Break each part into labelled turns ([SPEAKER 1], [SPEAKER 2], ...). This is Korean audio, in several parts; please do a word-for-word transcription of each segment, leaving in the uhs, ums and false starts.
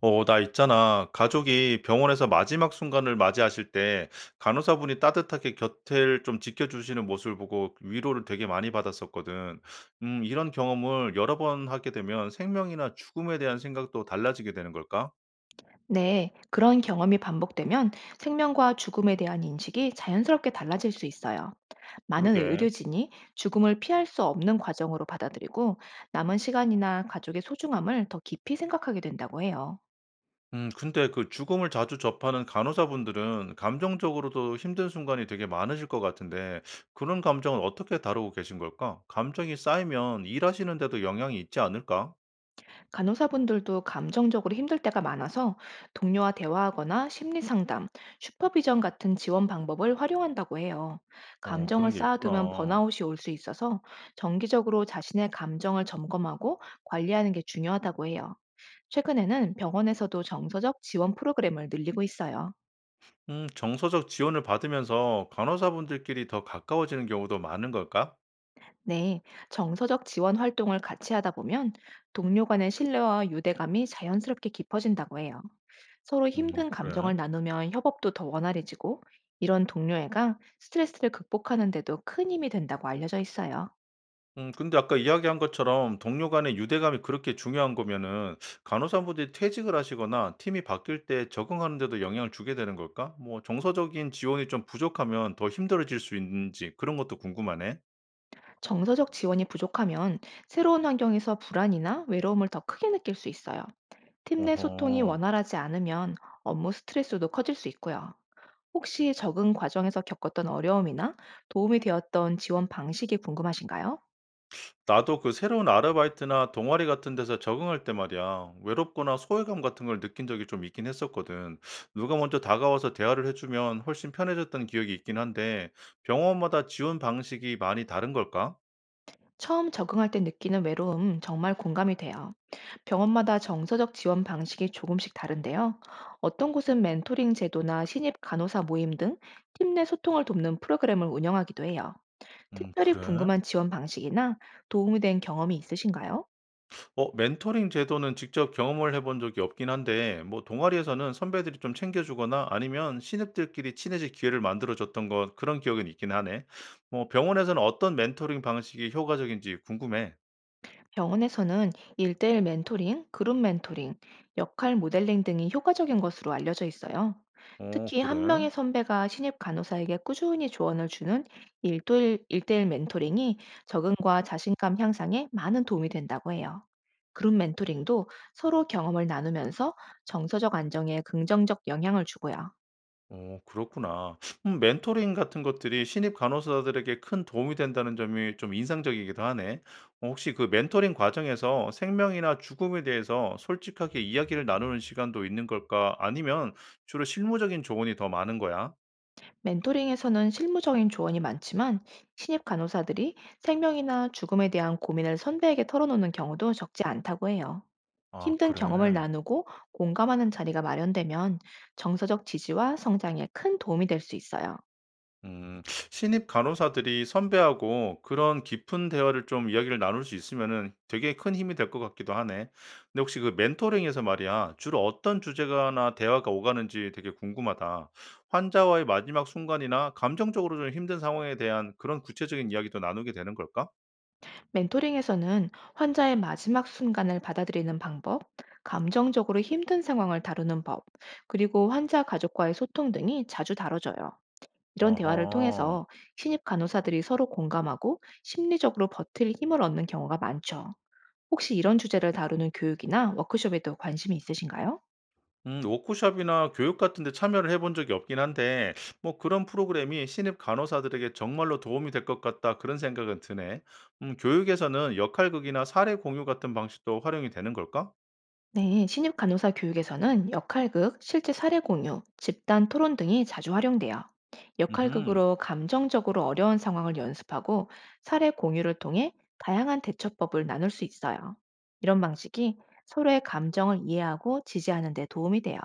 [SPEAKER 1] 어, 나 있잖아. 가족이 병원에서 마지막 순간을 맞이하실 때 간호사분이 따뜻하게 곁을 좀 지켜주시는 모습을 보고 위로를 되게 많이 받았었거든. 음, 이런 경험을 여러 번 하게 되면 생명이나 죽음에 대한 생각도 달라지게 되는 걸까?
[SPEAKER 2] 네, 그런 경험이 반복되면 생명과 죽음에 대한 인식이 자연스럽게 달라질 수 있어요. 많은
[SPEAKER 1] 그러게.
[SPEAKER 2] 의료진이 죽음을 피할 수 없는 과정으로 받아들이고 남은 시간이나 가족의 소중함을 더 깊이 생각하게 된다고 해요.
[SPEAKER 1] 음, 근데 그 죽음을 자주 접하는 간호사분들은 감정적으로도 힘든 순간이 되게 많으실 것 같은데 그런 감정은 어떻게 다루고 계신 걸까? 감정이 쌓이면 일하시는데도 영향이 있지 않을까?
[SPEAKER 2] 간호사분들도 감정적으로 힘들 때가 많아서 동료와 대화하거나 심리 상담, 슈퍼비전 같은 지원 방법을 활용한다고 해요.
[SPEAKER 1] 어,
[SPEAKER 2] 감정을
[SPEAKER 1] 그런 게
[SPEAKER 2] 쌓아두면
[SPEAKER 1] 있구나.
[SPEAKER 2] 번아웃이 올 수 있어서 정기적으로 자신의 감정을 점검하고 관리하는 게 중요하다고 해요. 최근에는 병원에서도 정서적 지원 프로그램을 늘리고 있어요.
[SPEAKER 1] 음, 정서적 지원을 받으면서 간호사분들끼리 더 가까워지는 경우도 많은 걸까?
[SPEAKER 2] 네, 정서적 지원 활동을 같이 하다 보면 동료 간의 신뢰와 유대감이 자연스럽게 깊어진다고 해요. 서로
[SPEAKER 1] 음,
[SPEAKER 2] 힘든
[SPEAKER 1] 그래.
[SPEAKER 2] 감정을 나누면 협업도 더 원활해지고 이런 동료애가 스트레스를 극복하는데도 큰 힘이 된다고 알려져 있어요.
[SPEAKER 1] 음, 근데 아까 이야기한 것처럼 동료 간의 유대감이 그렇게 중요한 거면은 간호사분들이 퇴직을 하시거나 팀이 바뀔 때 적응하는 데도 영향을 주게 되는 걸까? 뭐 정서적인 지원이 좀 부족하면 더 힘들어질 수 있는지 그런 것도 궁금하네.
[SPEAKER 2] 정서적 지원이 부족하면 새로운 환경에서 불안이나 외로움을 더 크게 느낄 수 있어요. 팀 내 소통이
[SPEAKER 1] 어허.
[SPEAKER 2] 원활하지 않으면 업무 스트레스도 커질 수 있고요. 혹시 적응 과정에서 겪었던 어려움이나 도움이 되었던 지원 방식이 궁금하신가요?
[SPEAKER 1] 나도 그 새로운 아르바이트나 동아리 같은 데서 적응할 때 말이야, 외롭거나 소외감 같은 걸 느낀 적이 좀 있긴 했었거든. 누가 먼저 다가와서 대화를 해주면 훨씬 편해졌던 기억이 있긴 한데, 병원마다 지원 방식이 많이 다른 걸까?
[SPEAKER 2] 처음 적응할 때 느끼는 외로움 정말 공감이 돼요. 병원마다 정서적 지원 방식이 조금씩 다른데요. 어떤 곳은 멘토링 제도나 신입 간호사 모임 등 팀 내 소통을 돕는 프로그램을 운영하기도 해요.
[SPEAKER 1] 음,
[SPEAKER 2] 특별히
[SPEAKER 1] 그래?
[SPEAKER 2] 궁금한 지원 방식이나 도움이 된 경험이 있으신가요?
[SPEAKER 1] 어, 멘토링 제도는 직접 경험을 해본 적이 없긴 한데, 뭐, 동아리에서는 선배들이 좀 챙겨주거나 아니면 신입들끼리 친해질 기회를 만들어줬던 것, 그런 기억은 있긴 하네. 뭐, 병원에서는 어떤 멘토링 방식이 효과적인지 궁금해.
[SPEAKER 2] 병원에서는 일대일 멘토링, 그룹 멘토링, 역할 모델링 등이 효과적인 것으로 알려져 있어요.
[SPEAKER 1] 어,
[SPEAKER 2] 특히
[SPEAKER 1] 그래?
[SPEAKER 2] 한 명의 선배가 신입 간호사에게 꾸준히 조언을 주는 일도일일대일 멘토링이 적응과 자신감 향상에 많은 도움이 된다고 해요. 그룹 멘토링도 서로 경험을 나누면서 정서적 안정에 긍정적 영향을 주고요.
[SPEAKER 1] 어, 그렇구나. 음 멘토링 같은 것들이 신입 간호사들에게 큰 도움이 된다는 점이 좀 인상적이기도 하네. 어, 혹시 그 멘토링 과정에서 생명이나 죽음에 대해서 솔직하게 이야기를 나누는 시간도 있는 걸까? 아니면 주로 실무적인 조언이 더 많은 거야?
[SPEAKER 2] 멘토링에서는 실무적인 조언이 많지만 신입 간호사들이 생명이나 죽음에 대한 고민을 선배에게 털어놓는 경우도 적지 않다고 해요.
[SPEAKER 1] 아,
[SPEAKER 2] 힘든
[SPEAKER 1] 그래.
[SPEAKER 2] 경험을 나누고 공감하는 자리가 마련되면 정서적 지지와 성장에 큰 도움이 될 수 있어요.
[SPEAKER 1] 음. 신입 간호사들이 선배하고 그런 깊은 대화를 좀 이야기를 나눌 수 있으면은 되게 큰 힘이 될 것 같기도 하네. 근데 혹시 그 멘토링에서 말이야, 주로 어떤 주제가나 대화가 오가는지 되게 궁금하다. 환자와의 마지막 순간이나 감정적으로 좀 힘든 상황에 대한 그런 구체적인 이야기도 나누게 되는 걸까?
[SPEAKER 2] 멘토링에서는 환자의 마지막 순간을 받아들이는 방법, 감정적으로 힘든 상황을 다루는 법, 그리고 환자 가족과의 소통 등이 자주 다뤄져요. 이런 대화를
[SPEAKER 1] 어허.
[SPEAKER 2] 통해서 신입 간호사들이 서로 공감하고 심리적으로 버틸 힘을 얻는 경우가 많죠. 혹시 이런 주제를 다루는 교육이나 워크숍에도 관심이 있으신가요?
[SPEAKER 1] 음, 워크숍이나 교육 같은 데 참여를 해본 적이 없긴 한데, 뭐 그런 프로그램이 신입 간호사들에게 정말로 도움이 될 것 같다 그런 생각은 드네. 음, 교육에서는 역할극이나 사례 공유 같은 방식도 활용이 되는 걸까?
[SPEAKER 2] 네, 신입 간호사 교육에서는 역할극, 실제 사례 공유, 집단 토론 등이 자주 활용돼요.
[SPEAKER 1] 음,
[SPEAKER 2] 역할극으로 감정적으로 어려운 상황을 연습하고 사례 공유를 통해 다양한 대처법을 나눌 수 있어요. 이런 방식이 서로의 감정을 이해하고 지지하는 데 도움이 돼요.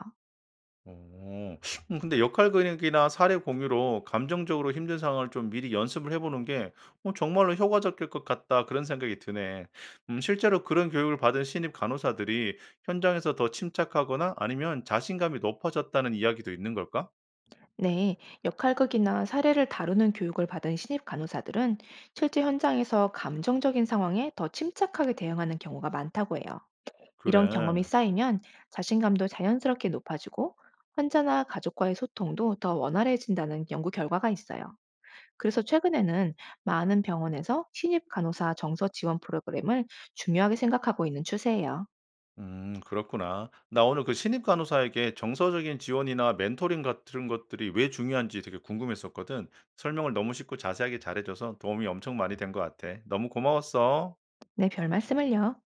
[SPEAKER 1] 오. 음, 근데 역할극이나 사례 공유로 감정적으로 힘든 상황을 좀 미리 연습을 해보는 게 어, 정말로 효과적일 것 같다 그런 생각이 드네. 음, 실제로 그런 교육을 받은 신입 간호사들이 현장에서 더 침착하거나 아니면 자신감이 높아졌다는 이야기도 있는 걸까?
[SPEAKER 2] 네, 역할극이나 사례를 다루는 교육을 받은 신입 간호사들은 실제 현장에서 감정적인 상황에 더 침착하게 대응하는 경우가 많다고 해요. 이런 경험이
[SPEAKER 1] 그래.
[SPEAKER 2] 쌓이면 자신감도 자연스럽게 높아지고 환자나 가족과의 소통도 더 원활해진다는 연구 결과가 있어요. 그래서 최근에는 많은 병원에서 신입 간호사 정서 지원 프로그램을 중요하게 생각하고 있는 추세예요.
[SPEAKER 1] 음, 그렇구나. 나 오늘 그 신입 간호사에게 정서적인 지원이나 멘토링 같은 것들이 왜 중요한지 되게 궁금했었거든. 설명을 너무 쉽고 자세하게 잘해줘서 도움이 엄청 많이 된 것 같아. 너무 고마웠어.
[SPEAKER 2] 네, 별 말씀을요.